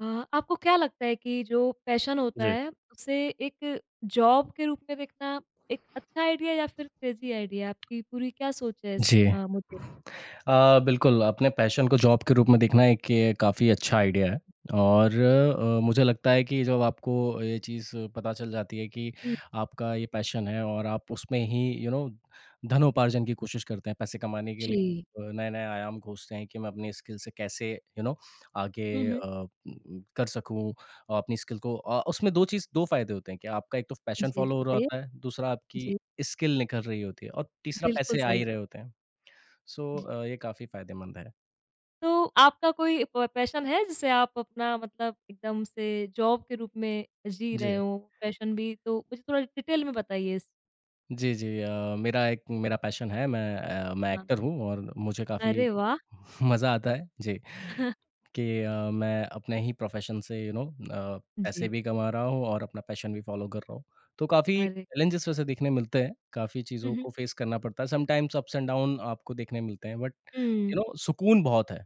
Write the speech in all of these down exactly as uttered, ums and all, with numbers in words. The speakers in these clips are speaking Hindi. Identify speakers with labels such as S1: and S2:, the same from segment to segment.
S1: अ, आपको क्या लगता है कि जो पैशन होता
S2: जी।
S1: है उसे एक जॉब के रूप में देखना एक अच्छा आइडिया या फिर क्रेज़ी आइडिया? आपकी पूरी क्या सोच है इस
S2: जी।
S1: अ, मुद्दे पे?
S2: अ, बिल्कुल, अपने पैशन को जॉब के रूप में देखना एक ये काफ़ी अच्छा आइडिया है और अ, मुझे लगता है कि जब आपको ये चीज़ पता चल जाती है कि
S1: हुँ,
S2: आपका ये पैशन है और आप उसमें ही यू नो धनोपार्जन की कोशिश करते हैं, पैसे कमाने के लिए
S1: जी।
S2: अ, नए-नए आयाम खोजते हैं कि मैं अपनी स्किल से कैसे यू नो आगे
S1: हुँ, हुँ।
S2: अ, उम, कर सकूँ अपनी स्किल को अ, उसमें दो चीज़ दो फ़ायदे होते हैं कि आपका एक तो पैशन
S1: जी,
S2: फ़ॉलो हो रहा
S1: बताइए।
S2: होता है, दूसरा आपकी
S1: जी,
S2: स्किल निखर रही होती है और तीसरा
S1: बिल्कुल
S2: पैसे आ
S1: सही
S2: ही
S1: बात।
S2: रहे होते हैं। सो
S1: जी।
S2: अ, ये काफ़ी फ़ायदेमंद है।
S1: तो आपका कोई प पैशन है जिसे आप अपना मतलब एकदम से जॉब के रूप में जी रहे
S2: जी।
S1: हो, पैशन भी तो मुझे थोड़ा डिटेल में बताइए इस
S2: जी, जी। अ, मेरा एक मेरा पैशन है, मैं अ, मैं
S1: हाँ।
S2: एक्टर हूँ और मुझे काफ़ी
S1: अरे वाह!
S2: मज़ा आता है, जी, कि अ, मैं अपने ही प्रोफ़ेशन से यू नो अ, पैसे
S1: जी,
S2: भी कमा रहा हूँ और अपना पैशन भी फ़ॉलो कर रहा हूँ। तो काफ़ी
S1: अरे
S2: चैलेंजेस वैसे देखने मिलते हैं, काफ़ी
S1: हुँ,
S2: चीज़ों
S1: हुँ।
S2: को फ़ेस करना पड़ता है, समटाइम्स अप्स एंड डाउन आपको देखने मिलते हैं बट
S1: हुँ,
S2: यू नो सुकून बहुत है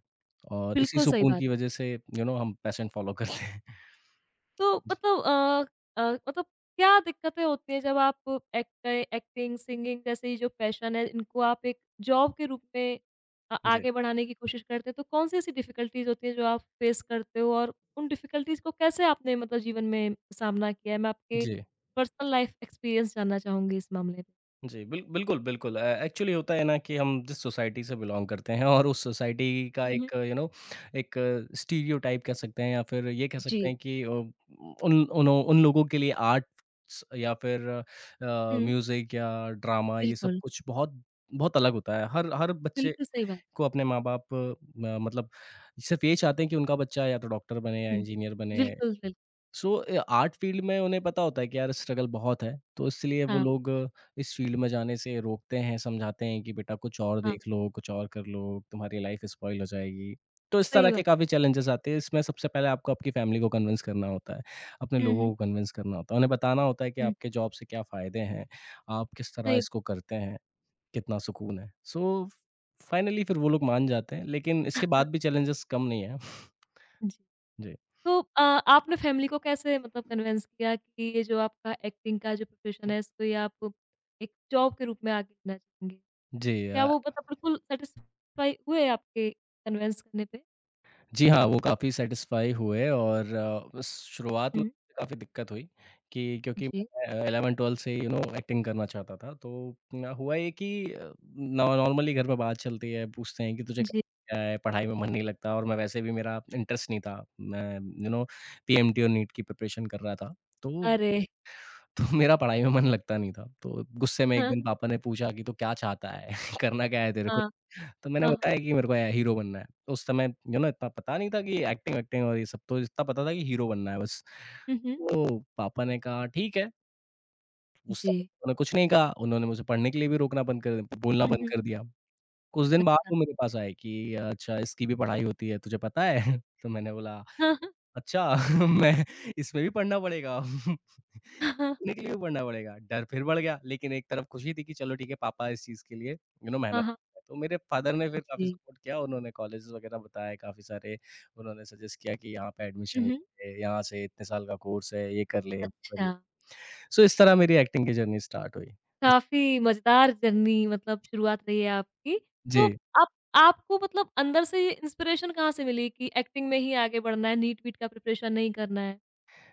S2: और इसी
S1: बिल्कुल सही
S2: सुकून
S1: बात।
S2: की वज़ह से यू नो हम पैशन फ़ॉलो करते हैं।
S1: तो
S2: जी,
S1: मतलब अ अ, मतलब क्या दिक्कतें होती हैं जब आप एक्ट एक्टिंग, सिंगिंग जैसे ये जो पैशन है इनको आप एक जॉब के रूप में अ,
S2: जी,
S1: आगे बढ़ाने की कोशिश करते हैं, तो कौन-सी ऐसी डिफिकल्टीज़ होती हैं जो आप फेस करते हो और उन डिफिकल्टीज़ को कैसे आपने मतलब जीवन में सामना किया है? मैं आपके
S2: जी।
S1: पर्सनल लाइफ एक्सपीरियंस जानना चाहूँगी इस मामले में।
S2: जी, बिल बिल्कुल, बिल्कुल। अ, एक्चुअली होता है ना कि हम जिस सोसाइटी से बिलॉन्ग करते हैं और उस सोसाइटी का
S1: हुँ,
S2: एक
S1: हुँ।
S2: यू नो एक स्टीरियोटाइप कह सकते हैं या फिर ये कह सकते
S1: जी।
S2: हैं कि अ, उन उन्हों उन लोगों के लिए आर्ट्स या फिर अ,
S1: हुँ।
S2: म्यूज़िक या ड्रामा ये सब
S1: बिल्कुल,
S2: कुछ बहुत बहुत अलग होता है। हर हर बच्चे
S1: बिल्कुल सही बात।
S2: को अपने माँ-बाप म मतलब सिर्फ़ ये चाहते हैं कि उनका बच्चा या तो डॉक्टर बने या
S1: हुँ।
S2: इंजीनियर बने।
S1: बिल्कुल, बिल्कुल।
S2: सो आर्ट फील्ड में उन्हें पता होता है कि यार स्ट्रगल बहुत है, तो इसलिए वो
S1: हाँ,
S2: लोग इस फील्ड में जाने से रोकते हैं, समझाते हैं कि बेटा कुछ और
S1: हाँ।
S2: देख लो, कुछ और कर लो, तुम्हारी लाइफ स्पॉइल हो जाएगी। तो इस तरह
S1: सही
S2: के
S1: बात।
S2: काफ़ी चैलेंजेस आते हैं, इसमें सबसे पहले आपको आपकी फैमिली को कन्विंस करना होता है, अपने
S1: हुँ,
S2: लोगों
S1: हुँ।
S2: को कन्विंस करना होता है, उन्हें बताना होता है कि
S1: हुँ।
S2: आपके जॉब से क्या फ़ायदे हैं, आप किस तरह
S1: सही बात।
S2: इसको करते हैं, कितना सुकून है। सो फाइनली फिर वो लोग मान जाते हैं, लेकिन इसके बाद भी चैलेंजेस कम नहीं है।
S1: जी।
S2: जी।
S1: तो अ, आपने फैमिली को कैसे मतलब कन्विंस किया कि ये जो आपका एक्टिंग का जो प्रोफ़ेशन है, इसको ये आप एक जॉब के रूप में आगे लेना चाहेंगे?
S2: जी। अ
S1: क्या वो मतलब बिल्कुल सैटिस्फ़ाई हुए आपके कन्विंस करने पे?
S2: जी हाँ, वो काफ़ी सैटिस्फ़ाई हुए और अ, शुरुआत में
S1: हुँ,
S2: काफ़ी दिक्कत हुई कि क्योंकि
S1: जी।
S2: मैं अ, ग्यारह बारह से यू नो एक्टिंग करना चाहता था। तो ना हुआ ये कि अ, नॉ नॉर्मली घर में बात चलती है, पूछते हैं कि तुझे
S1: जी।
S2: क्या है, पढ़ाई में मन नहीं लगता और मैं वैसे भी मेरा इंटरेस्ट नहीं था। मैं यू नो पीएमटी और नीट की प्रिपरेशन कर रहा था। तो
S1: अरे!
S2: तो मेरा पढ़ाई में मन लगता नहीं था। तो गुस्से में एक
S1: हाँ,
S2: दिन पापा ने पूछा कि तू क्या चाहता है? करना क्या है तेरे को?
S1: हाँ,
S2: तो मैंने
S1: हाँ, हाँ।
S2: बताया कि मेरे को ए हीरो बनना है। तो उस समय यू नो इतना पता नहीं था कि एक्टिंग वैक्टिंग और ये सब तो इतना पता था कि हीरो बनना है बस।
S1: हुँ, हुँ।
S2: तो पापा ने कहा ठीक है। उस
S1: जी।
S2: समय तो उन्होंने कुछ नहीं कहा। उन्होंने मुझे पढ़ने के लिए भी रोकना बंद कर बोलना
S1: हुँ,
S2: बंद
S1: हुँ।
S2: कर दिया। कुछ दिन बाद
S1: अच्छा।
S2: वो मेरे पास आए कि अच्छा इसकी भी पढ़ाई होती है तुझे पता है? तो मैंने बोला
S1: हाँ, हाँ।
S2: अच्छा! मैं इसमें भी पढ़ना पड़ेगा।
S1: हाँ, हाँ।
S2: सीखने के लिए भी पढ़ना पड़ेगा। डर फिर बढ़ गया, लेकिन एक तरफ खुशी थी कि चलो ठीक है पापा इस चीज़ के लिए यू नो मेहनत कर
S1: हाँ,
S2: रहे हैं। तो मेरे फादर ने फिर काफ़ी
S1: जी।
S2: सपोर्ट किया, उन्होंने कॉलेजेस वगैरह बताए काफ़ी सारे, उन्होंने सजेस्ट किया कि यहाँ पे एडमिशन
S1: हुँ,
S2: ले
S1: हुँ।
S2: ले, यहाँ से इतने साल का कोर्स है, ये कर ले, वो कर ले।
S1: अच्छा।
S2: सो इस तरह मेरी एक्टिंग की जर्नी स्टार्ट हुई।
S1: काफ़ी मज़ेदार जर्नी मतलब शुरुआत रही है आपकी। तो
S2: जी,
S1: आप आपको मतलब अंदर से ये इंस्पिरेशन कहाँ से मिली कि एक्टिंग में ही आगे बढ़ना है, नीट-वीट का प्रिपरेशन नहीं करना है?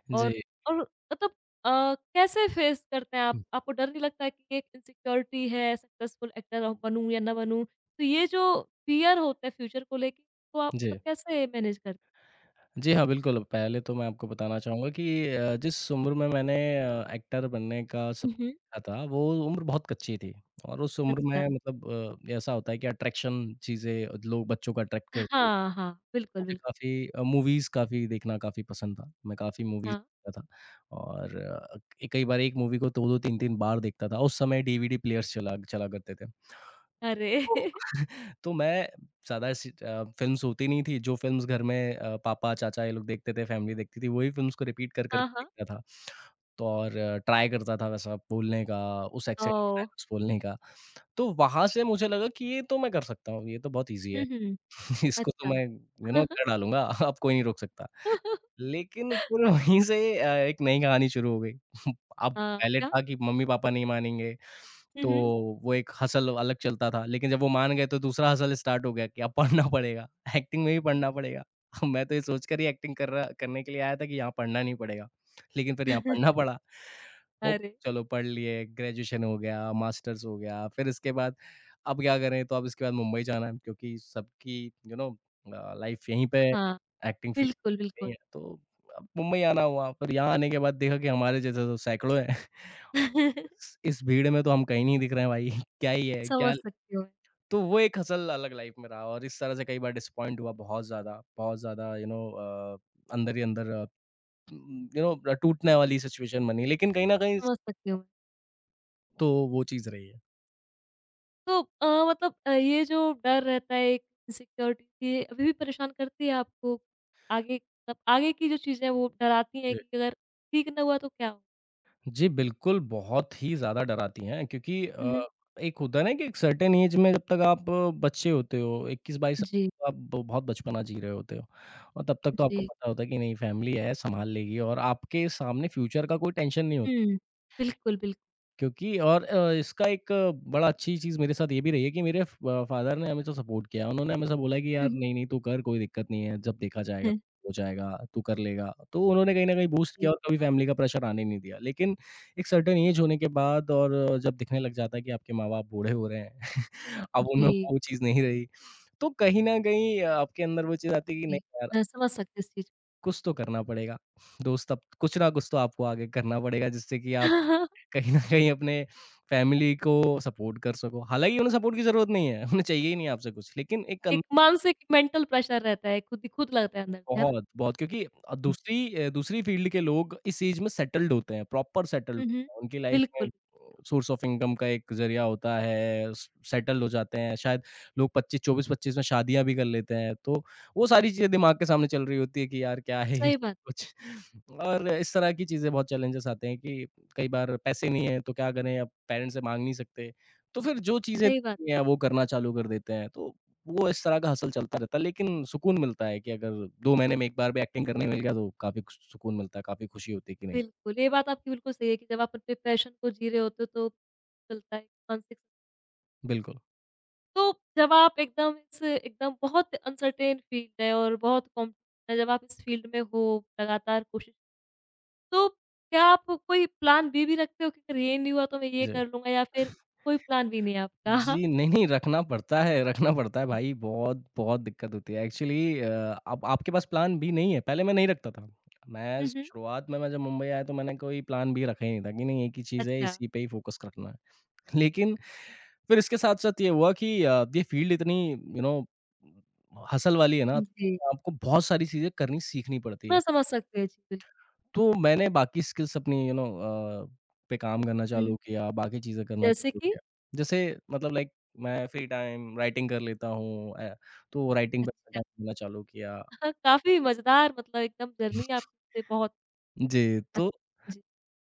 S2: जी।
S1: और और मतलब अ, कैसे फेस करते हैं आप?
S2: हुँ,
S1: आपको डर नहीं लगता है कि एक इनसिक्योरिटी है, सक्सेसफुल एक्टर अ, बनूँ या ना बनूँ? तो ये जो फ़ियर होते हैं फ्यूचर को लेके, तो आप मतलब
S2: जी।
S1: कैसे मैनेज करते
S2: जी हाँ, बिल्कुल। पहले तो मैं आपको बताना चाहूँगा कि अ, जिस उम्र में मैंने अ, एक्टर बनने का
S1: हुँ,
S2: सपना
S1: हुँ।
S2: देखा था, वो उम्र बहुत कच्ची थी और उस उम्र
S1: अच्छा।
S2: में मतलब अ, ऐसा होता है कि अट्रैक्शन चीज़ें लोग बच्चों को अट्रैक्ट करती हैं।
S1: हाँ, हाँ। बिल्कुल,
S2: मुझे
S1: बिल्कुल।
S2: काफ़ी अ, मूवीज़ काफ़ी देखना काफ़ी पसंद था। मैं काफ़ी मूवीज़
S1: हाँ।
S2: देखता था और अ, कई बार एक मूवी को दो दो तीन तीन बार देखता था। उस समय डीवीडी प्लेयर्स चला चला करते थे।
S1: अरे!
S2: तो मैं ज़्यादा ऐसी अ, फ़िल्म्स होती नहीं थी, जो फ़िल्म्स घर में अ, पापा, चाचा ये लोग देखते थे, फ़ैमिली देखती थी, वही फ़िल्म्स को रिपीट कर कर
S1: हाँ,
S2: के
S1: हाँ।
S2: देखता था। तो और ट्राई करता था वैसा बोलने का, उस एक्सेंट में
S1: ओह!
S2: डायलॉग्स बोलने का। तो वहाँ से मुझे लगा कि ये तो मैं कर सकता हूँ, ये तो बहुत ईज़ी है।
S1: हुँ, हुँ।
S2: इसको तो
S1: अच्छा।
S2: मैं यू नो कर डालूँगा, अब कोई नहीं रोक सकता। लेकिन फिर वहीं से अ, एक नई कहानी शुरू हो गई। अब
S1: अ,
S2: पहले
S1: क्या?
S2: था कि मम्मी-पापा नहीं मानेंगे,
S1: हुँ,
S2: तो
S1: हुँ।
S2: वो एक हसल अलग चलता था, लेकिन जब वो मान गए तो दूसरा हसल स्टार्ट हो गया कि अब पढ़ना पड़ेगा, एक्टिंग में भी पढ़ना पड़ेगा। मैं तो ये सोचकर ही एक्टिंग कर रहा करने के लिए आया था कि यहाँ पढ़ना नहीं पड़ेगा, लेकिन फिर यहाँ पढ़ना पड़ा। वो
S1: अरे!
S2: चलो पढ़ लिए, ग्रेजुएशन हो गया, मास्टर्स हो गया, फिर इसके बाद अब क्या करें तो अब इसके बाद मुंबई जाना है क्योंकि सबकी यू नो अ, लाइफ यहीं पे है,
S1: हाँ,
S2: एक्टिंग फील्ड
S1: बिल्कुल,
S2: यहीं
S1: बिल्कुल।
S2: है, तो अब मुंबई आना हुआ पर यहाँ आने के बाद देखा कि हमारे जैसे तो सैकड़ों हैं। इस इस भीड़ में तो हम कहीं नहीं दिख रहे हैं भाई क्या ही है क्या
S1: समझ सकती हूँ मैं,
S2: तो वो एक हसल अलग लाइफ में रहा और इस तरह से कई बार डिसअपॉइंट हुआ बहुत ज़्यादा, बहुत ज़्यादा यू नो अ, अंदर ही अंदर अ, उम, यू नो टूटने वाली सिचुएशन बनी लेकिन कहीं न कहीं
S1: समझ सकती हूँ मैं।
S2: तो वो चीज़ रही है।
S1: तो अ, मतलब अ, ये जो डर रहता है एक इनसिक्योरिटी ये अभी भी परेशान करती है आपको? आगे मतलब आगे की जो चीज़ें हैं वो डराती हैं
S2: जी।
S1: कि अगर ठीक ना हुआ तो क्या हो?
S2: जी, बिल्कुल, बहुत ही ज़्यादा डराती हैं क्योंकि
S1: हुँ,
S2: अ,
S1: हुँ।
S2: एक होता है ना कि एक सर्टेन एज में जब तक आप अ, बच्चे होते हो, इक्कीस बाईस
S1: जी,
S2: आप ब बहुत बचपना जी रहे होते हो और तब तक तो आपको
S1: जी।
S2: पता होता है कि नहीं फैमिली है, सँभाल लेगी और आपके सामने फ्यूचर का कोई टेंशन नहीं होता।
S1: हुँ। बिल्कुल, बिल्कुल।
S2: क्योंकि और अ, इसका एक अ, बड़ा अच्छी चीज़ मेरे साथ ये भी रही है कि मेरे फ फादर ने हमेशा सपोर्ट किया। उन्होंने हमेशा बोला कि
S1: हुँ,
S2: यार
S1: हुँ।
S2: नहीं, नहीं तू कर कोई दिक्कत नहीं है, जब देखा जाएगा, हो जाएगा, तू कर लेगा। तो उन्होंने कहीं न कहीं बूस्ट किया
S1: जी,
S2: और कभी फैमिली का प्रेशर आने नहीं दिया। लेकिन एक सर्टेन ऐज होने के बाद और अ, जब दिखने लग जाता है कि आपके माँ-बाप बूढ़े हो रहे हैं, अब उनमें
S1: जी,
S2: वो चीज़ नहीं रही। तो कहीं न कहीं अ, आपके अंदर वो चीज़ आती है कि नहीं
S1: जी।
S2: यार
S1: मैं समझ सकती हूँ इस चीज़ को।
S2: कुछ तो करना पड़ेगा। दोस्त अब कुछ ना कुछ तो आपको आगे करना पड़ेगा जिससे कि आप कहीं न कहीं अपने फैमिली को सपोर्ट कर सको। हालाँकि उन्हें सपोर्ट की ज़रूरत नहीं है, उन्हें चाहिए ही नहीं आपसे कुछ। लेकिन एक
S1: एक मानसिक मेंटल प्रेशर रहता है, खुद ही खुद लगता है अंदर से, है ना?
S2: बहुत, बहुत क्योंकि अ, दूसरी अ, दूसरी फ़ील्ड के लोग इस एज में सेटल्ड होते हैं, प्रॉपर सेटल्ड
S1: हुँ, हुँ।
S2: उनकी लाइफ़ में
S1: बिल्कुल,
S2: सोर्स ऑफ इनकम का एक ज़रिया होता है, स सेटल हो जाते हैं, शायद लोग पच्चीस चौबीस पच्चीस में शादियाँ भी कर लेते हैं, तो वो सारी चीज़ें दिमाग के सामने चल रही होती है कि यार क्या है ये
S1: सही
S2: सब
S1: बात,
S2: कुछ और इस तरह की चीज़ें बहुत चैलेंजेस आते हैं कि कई बार पैसे नहीं हैं, तो क्या करें अब पेरेंट्स से माँग नहीं सकते, तो फिर जो चीज़ें
S1: सही बात।
S2: हैं वो करना चालू कर देते हैं, तो वो इस तरह का हसल चलता रहता है, लेकिन सुकून मिलता है कि अगर दो महीने में एक बार भी एक्टिंग करने मिल गया तो काफ़ी सुकून मिलता है, काफ़ी खुशी होती है कि नहीं।
S1: बिल्कुल, ये बात आपकी बिल्कुल सही है कि जब आप अपने पैशन को जी रहे होते हो तो चलता है मानसिक।
S2: बिल्कुल।
S1: तो जब आप एकदम इस एकदम बहुत अनसर्टेन फील्ड है और बहुत कॉम्पिटिशन है, जब आप इस फील्ड में हो लगातार कोशिश। तो क्या आप कोई प्लान बी भी रखते हो कि अगर ये नहीं हुआ तो मैं ये
S2: जी।
S1: कर लूँगा या फिर कोई प्लान बी नहीं है आपका?
S2: जी, नहीं, नहीं रखना पड़ता है, रखना पड़ता है भाई बहुत, बहुत दिक्कत होती है। एक्चुअली अ, अब आपके पास प्लान बी नहीं है, पहले मैं नहीं रखता था। मैं
S1: हुँ, हुँ।
S2: शुरुआत में मैं जब मुंबई आया तो मैंने कोई प्लान बी रखा ही नहीं था कि नहीं एक ही चीज़ है,
S1: अच्छा।
S2: इसी पे ही फ़ोकस रखना है। लेकिन फिर इसके साथ-साथ ये हुआ कि अ, ये फ़ील्ड इतनी यू नो हसल वाली है ना,
S1: जी।
S2: आपको बहुत सारी चीज़ें करनी सीखनी पड़ती है।
S1: मैं समझ सकती हूँ, जी, बिल्कुल।
S2: तो मैंने बाकी स्किल्स अपनी यू नो अ, पे काम करना
S1: हुँ,
S2: चालू किया, बाकी चीज़ें करना
S1: जैसे
S2: चालू
S1: कि?
S2: किया। जैसे मतलब लाइक मैं फ्री टाइम राइटिंग कर लेता हूँ अ, तो राइटिंग पे अपना
S1: अच्छा।
S2: टाइम देना चालू किया।
S1: हाँ, काफ़ी मज़ेदार मतलब एकदम जर्नी आपने बहुत
S2: जी, तो
S1: अच्छी जी।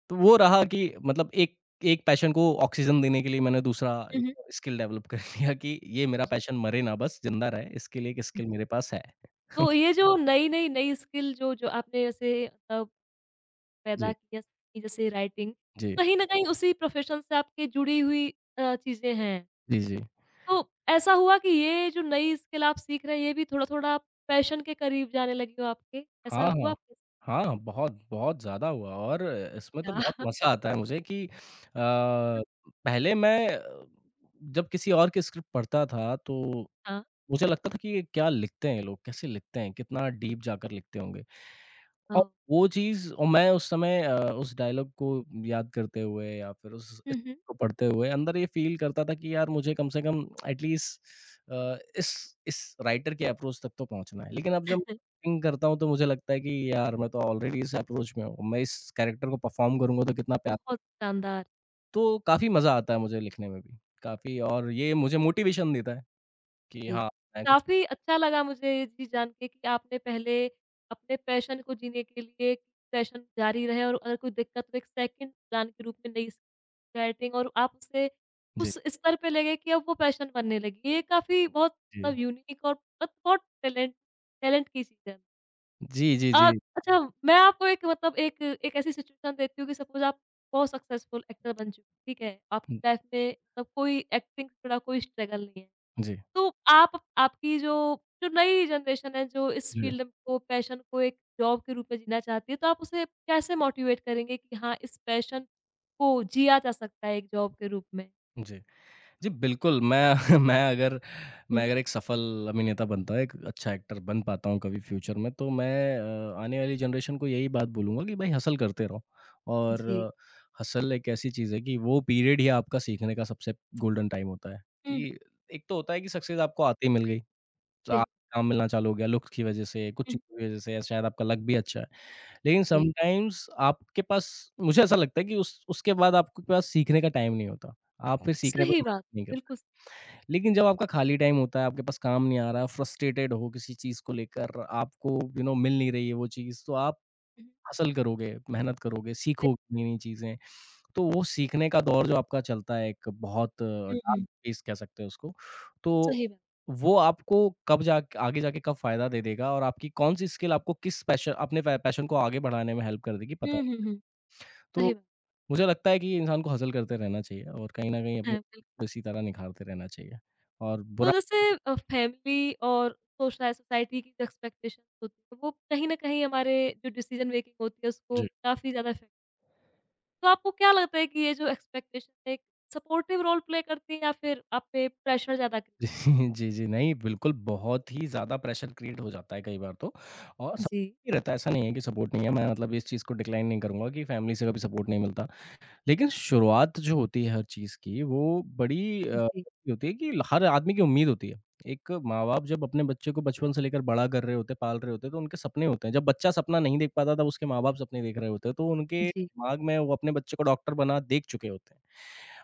S2: तो वो रहा कि मतलब एक एक पैशन को ऑक्सीजन देने के लिए मैंने दूसरा
S1: हुँ,
S2: स्किल डेवलप कर लिया कि ये मेरा पैशन मरे ना बस, ज़िंदा रहे, इसके लिए एक
S1: हुँ।
S2: स्किल मेरे पास है।
S1: तो ये जो नई-नई नई स्किल जो जो आपने जैसे मतलब पैदा
S2: जी,
S1: किया सीखी जैसे राइटिंग,
S2: जी।
S1: कहीं न कहीं उसी प्रोफ़ेशन से आपके जुड़ी हुई अ, चीज़ें हैं।
S2: जी, जी।
S1: तो ऐसा हुआ कि ये जो नई स्किल आप सीख रहे हैं, ये भी थोड़ा-थोड़ा पैशन के करीब जाने लगी हो आपके? ऐसा
S2: हाँ,
S1: हुआ
S2: हाँ।
S1: आपके साथ?
S2: हाँ, बहुत, बहुत ज़्यादा हुआ। और इसमें तो बहुत मज़ा आता है मुझे कि अ, पहले मैं, अ, जब किसी और की स्क्रिप्ट पढ़ता था तो
S1: हाँ,
S2: मुझे लगता था कि ये क्या लिखते हैं ये लोग, कैसे लिखते हैं, कितना डीप जाकर लिखते होंगे। और
S1: हाँ।
S2: वो चीज़, और मैं उस समय अ, उस डायलॉग को याद करते हुए या फिर उस इस
S1: हुँ, हुँ।
S2: को पढ़ते हुए अंदर ये फ़ील करता था कि यार मुझे कम से कम एटलीस्ट, अ, इस इस राइटर के अप्रोच तक तो पहुँचना है। लेकिन अब जब थिंक करता हूँ तो मुझे लगता है कि यार मैं तो ऑलरेडी इस अप्रोच में हूँ। मैं इस कैरेक्टर को परफ़ॉर्म करूँगा तो कितना प्यारा।
S1: बहुत शानदार।
S2: तो काफ़ी मज़ा आता है मुझे लिखने में भी, काफ़ी। और ये मुझे मोटिवेशन देता है कि
S1: जी,
S2: हाँ, मैं कुछ।
S1: काफ़ी अच्छा लगा मुझे ये चीज़ जान के कि आपने पहले अपने पैशन को जीने के लिए पैशन जारी रहे और अगर कोई दिक्कत तो एक सेकंड प्लान के रूप में नई सेटिंग और आप उसे
S2: जी,
S1: उस स्तर पे ले गए कि अब वो पैशन बनने लगी। ये काफ़ी बहुत
S2: जी।
S1: मतलब यूनिक और बहुत बहुत टैलेंट टैलेंट की चीज़ है।
S2: जी, जी,
S1: अ,
S2: जी।
S1: अच्छा मैं आपको एक मतलब एक एक ऐसी सिचुएशन देती हूँ कि सपोज़ आप बहुत सक्सेसफुल एक्टर बन चुके हैं, ठीक है? आपकी
S2: हुँ,
S1: लाइफ़ में मतलब कोई एक्टिंग से जुड़ा कोई स्ट्रगल नहीं है।
S2: जी,
S1: तो आप आपकी जो जो नई जनरेशन है जो इस
S2: जी,
S1: फ़ील्ड को पैशन को एक जॉब के रूप में जीना चाहती है, तो आप उसे कैसे मोटिवेट करेंगे कि हाँ, इस पैशन को जिया जा सकता है एक जॉब के रूप में?
S2: जी। जी, बिल्कुल। मैं मैं अगर
S1: हुँ।
S2: मैं अगर एक सफल अभिनेता बनता, एक अच्छा एक्टर बन पाता हूँ कभी फ्यूचर में, तो मैं, अ, आने वाली जनरेशन को यही बात बोलूँगा कि भई हसल करते रहो। और
S1: जी।
S2: हसल एक ऐसी चीज़ है कि वो पीरियड ही आपका सीखने का सबसे गोल्डन टाइम होता है
S1: हुँ, हुँ।
S2: कि एक तो होता है कि सक्सेस आपको आते ही मिल गई, तो आप,
S1: बिल्क
S2: काम मिलना चालू हो गया, लुक्स की वजह से, कुछ
S1: हुँ।
S2: चीज़ों की वजह से या शायद आपका लक भी अच्छा है। लेकिन
S1: जी।
S2: समटाइम्स आपके पास, मुझे ऐसा लगता है कि उस उसके बाद आपके पास सीखने का टाइम नहीं होता। आप फिर सीखने पे
S1: सही
S2: मेहनत
S1: बात,
S2: नहीं करते।
S1: बिल्कुल स
S2: लेकिन जब आपका खाली टाइम होता है, आपके पास काम नहीं आ रहा, फ्रस्ट्रेटेड हो किसी चीज़ को लेकर, आपको यू नो मिल नहीं रही है वो चीज़, तो आप
S1: हुँ, हुँ।
S2: हसल करोगे, मेहनत करोगे, सीखोगे नई-नई चीज़ें। तो वो सीखने का दौर जो आपका चलता है एक बहुत
S1: हुँ,
S2: डार्क
S1: हुँ, हुँ। हुँ।
S2: फेज़ कह सकते हैं उसको। तो
S1: सही बात।
S2: वो आपको कब जाके, आगे जाके कब फ़ायदा दे देगा और आपकी कौन-सी स्किल आपको किस पैशन, अपने पै पैशन को आगे बढ़ाने में हेल्प कर देगी पता
S1: हुँ, हुँ,
S2: नहीं।
S1: हुँ।
S2: तो
S1: सही बात।
S2: मुझे लगता है कि इंसान को हसल करते रहना चाहिए और कहीं न कहीं अपनी
S1: हाँ, बिल्कुल।
S2: इसी तरह निखारते रहना चाहिए। और
S1: तो
S2: बुरा,
S1: जैसे अ, फैमिली और सोशल सोसाइटी की जो एक्सपेक्टेशंस होती है, वो कहीं न कहीं हमारे जो डिसीज़न मेकिंग होती है उसको काफ़ी ज़्यादा इफ़ेक्ट। तो आपको क्या लगता है कि ये जो एक्सपेक्टेशन है एक सपोर्टिव रोल प्ले करती है या फिर आप पे प्रेशर ज़्यादा क्रिएट?
S2: जी, जी, जी। नहीं, बिल्कुल बहुत ही ज़्यादा प्रेशर क्रिएट हो जाता है कई बार तो। और सब
S1: जी,
S2: ही रहता है, ऐसा नहीं है कि सपोर्ट नहीं है। मैं मतलब इस चीज़ को डिक्लाइन नहीं करूँगा कि फैमिली से कभी सपोर्ट नहीं मिलता। लेकिन शुरुआत जो होती है हर चीज़ की वो बड़ी, अ,
S1: जी,
S2: होती है कि हर आदमी की उम्मीद होती है। एक माँ-बाप जब अपने बच्चे को बचपन से लेकर बड़ा कर रहे होते हैं, पाल रहे होते हैं, तो उनके सपने होते हैं। जब बच्चा सपना नहीं देख पाता तब उसके माँ-बाप सपने देख रहे होते हैं, तो उनके
S1: जी।
S2: दिमाग में वो अपने बच्चे को डॉक्टर बना देख चुके होते हैं।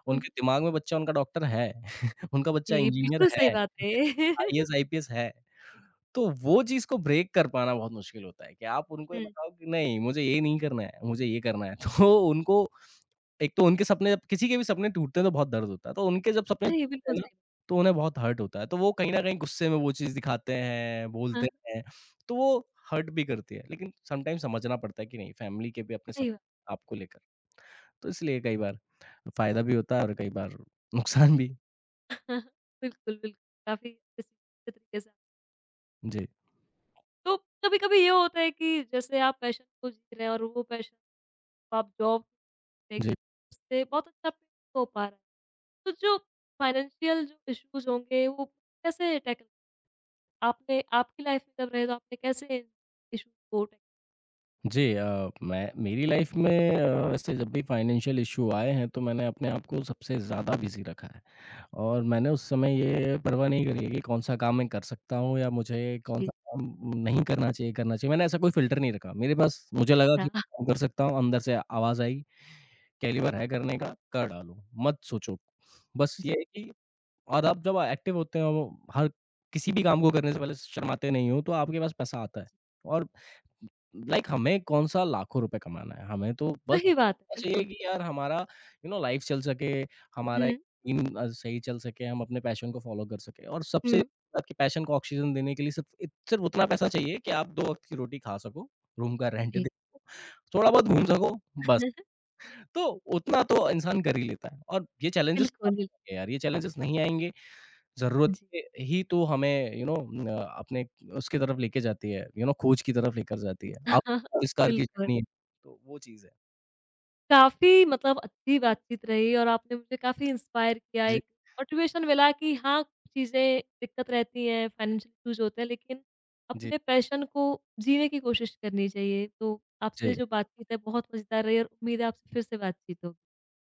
S1: हुँ, हुँ।
S2: उनके दिमाग में बच्चा उनका डॉक्टर है, उनका बच्चा
S1: जी,
S2: इंजीनियर
S1: बिल्कुल
S2: है।
S1: सही बात है।
S2: आईएएस, आईपीएस है। तो वो चीज़ को ब्रेक कर पाना बहुत मुश्किल होता है कि आप उनको ये
S1: हुँ।
S2: बताओ कि नहीं, मुझे ये नहीं करना है, मुझे ये करना है। तो उनको, एक तो उनके सपने, जब किसी के भी सपने टूटते हैं तो बहुत दर्द होता है। तो उनके जब सपने
S1: सही,
S2: टूटते
S1: बिल्कुल
S2: हैं ना,
S1: सही।
S2: तो उन्हें बहुत हर्ट होता है। तो वो कहीं न कहीं गुस्से में वो चीज़ दिखाते हैं,
S1: हाँ,
S2: बोलते
S1: हाँ।
S2: हैं। तो वो हर्ट भी करती है। लेकिन समटाइम समझना पड़ता है कि नहीं, फैमिली के भी अपने
S1: सही बात।
S2: सपने आपको लेकर। तो इसलिए कई बार फ़ायदा भी होता है और कई बार नुकसान भी।
S1: बिल्कुल, बिल्कुल। काफ़ी अच्छे से तरीके से।
S2: जी,
S1: तो कभी-कभी ये होता है कि जैसे आप पैशन को जी रहे हैं और वो पैशन आप जॉब देख रहे
S2: जी।
S1: हैं, उससे बहुत अच्छा पे हो पा रहा है। तो जो फाइनेंशियल जो इश्यूज़ होंगे वो कैसे टैकल आपने आपकी लाइफ में जब रहे तो आपने कैसे इश्यूज़ को टैकल
S2: जी, अ, मैं मेरी लाइफ में, अ, ऐसे जब भी फाइनेंशियल इशू आए हैं तो मैंने अपने आप को सबसे ज़्यादा बिज़ी रखा है और मैंने उस समय ये परवाह नहीं करी है कि कौन-सा काम मैं कर सकता हूँ या मुझे कौन-सा
S1: जी।
S2: काम नहीं करना चाहिए, करना चाहिए। मैंने ऐसा कोई फ़िल्टर नहीं रखा। मेरे पास, मुझे लगा कि
S1: किया?
S2: मैं कर सकता हूँ, अंदर से आवाज़ आई कैलिबर है करने का, कर डालो, मत सोचो। बस ये
S1: अच्छा।
S2: है कि, और आप जब एक्टिव होते हो, हर, किसी भी काम को करने से पहले शर्माते नहीं हो, तो आपके पास पैसा आता
S1: जी,
S2: है।
S1: जी।
S2: और लाइक हमें कौन-सा लाखों रुपए कमाना है, हमें तो बस
S1: सही बात है,
S2: चाहिए
S1: बिल्कुल।
S2: कि यार हमारा यू नो लाइफ चल सके, हमारा
S1: हुँ,
S2: इन, अ, सही चल सके, हम अपने पैशन को फ़ॉलो कर सकें। और सबसे,
S1: हुँ।
S2: आपके पैशन को ऑक्सीजन देने के लिए सिर्फ इत सिर्फ उतना पैसा चाहिए कि आप दो वक़्त की रोटी खा सको, रूम का रेंट
S1: जी।
S2: दे सको, थोड़ा बहुत घूम सको, बस। तो उतना तो इंसान कर ही लेता है। और ये चैलेंजेस
S1: बिल्कुल, बिल
S2: यार, ये चैलेंजेस नहीं आएँगे,
S1: जी।
S2: ज़रूरतें ही तो हमें यू नो, अ, अपने उसकी तरफ लेके जाती है, यू नो खोज की तरफ लेकर जाती है। आप, आविष्कार की
S1: बिल्कुल।
S2: जर्नी है, तो वो चीज़ है।
S1: काफ़ी मतलब अच्छी बातचीत रही और आपने मुझे काफ़ी इंस्पायर किया,
S2: जी,
S1: एक मोटिवेशन मिला कि हाँ, चीज़ें दिक्कत रहती हैं, फाइनेंशियल इश्यूज़ होते हैं, लेकिन
S2: जी,
S1: अपने पैशन को जीने की कोशिश करनी चाहिए। तो आपसे
S2: जी।
S1: जो बातचीत है बहुत मज़ेदार रही और उम्मीद है आपसे फिर से बातचीत होगी।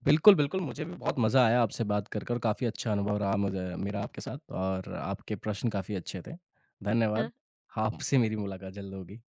S2: बिल्कुल, बिल्कुल, मुझे भी बहुत मज़ा आया आपसे बात कर कर, काफ़ी अच्छा अनुभव रहा मुझे मेरा आपके साथ और आपके प्रश्न काफ़ी अच्छे थे। धन्यवाद।
S1: हाँ।
S2: आपसे मेरी मुलाकात जल्द होगी।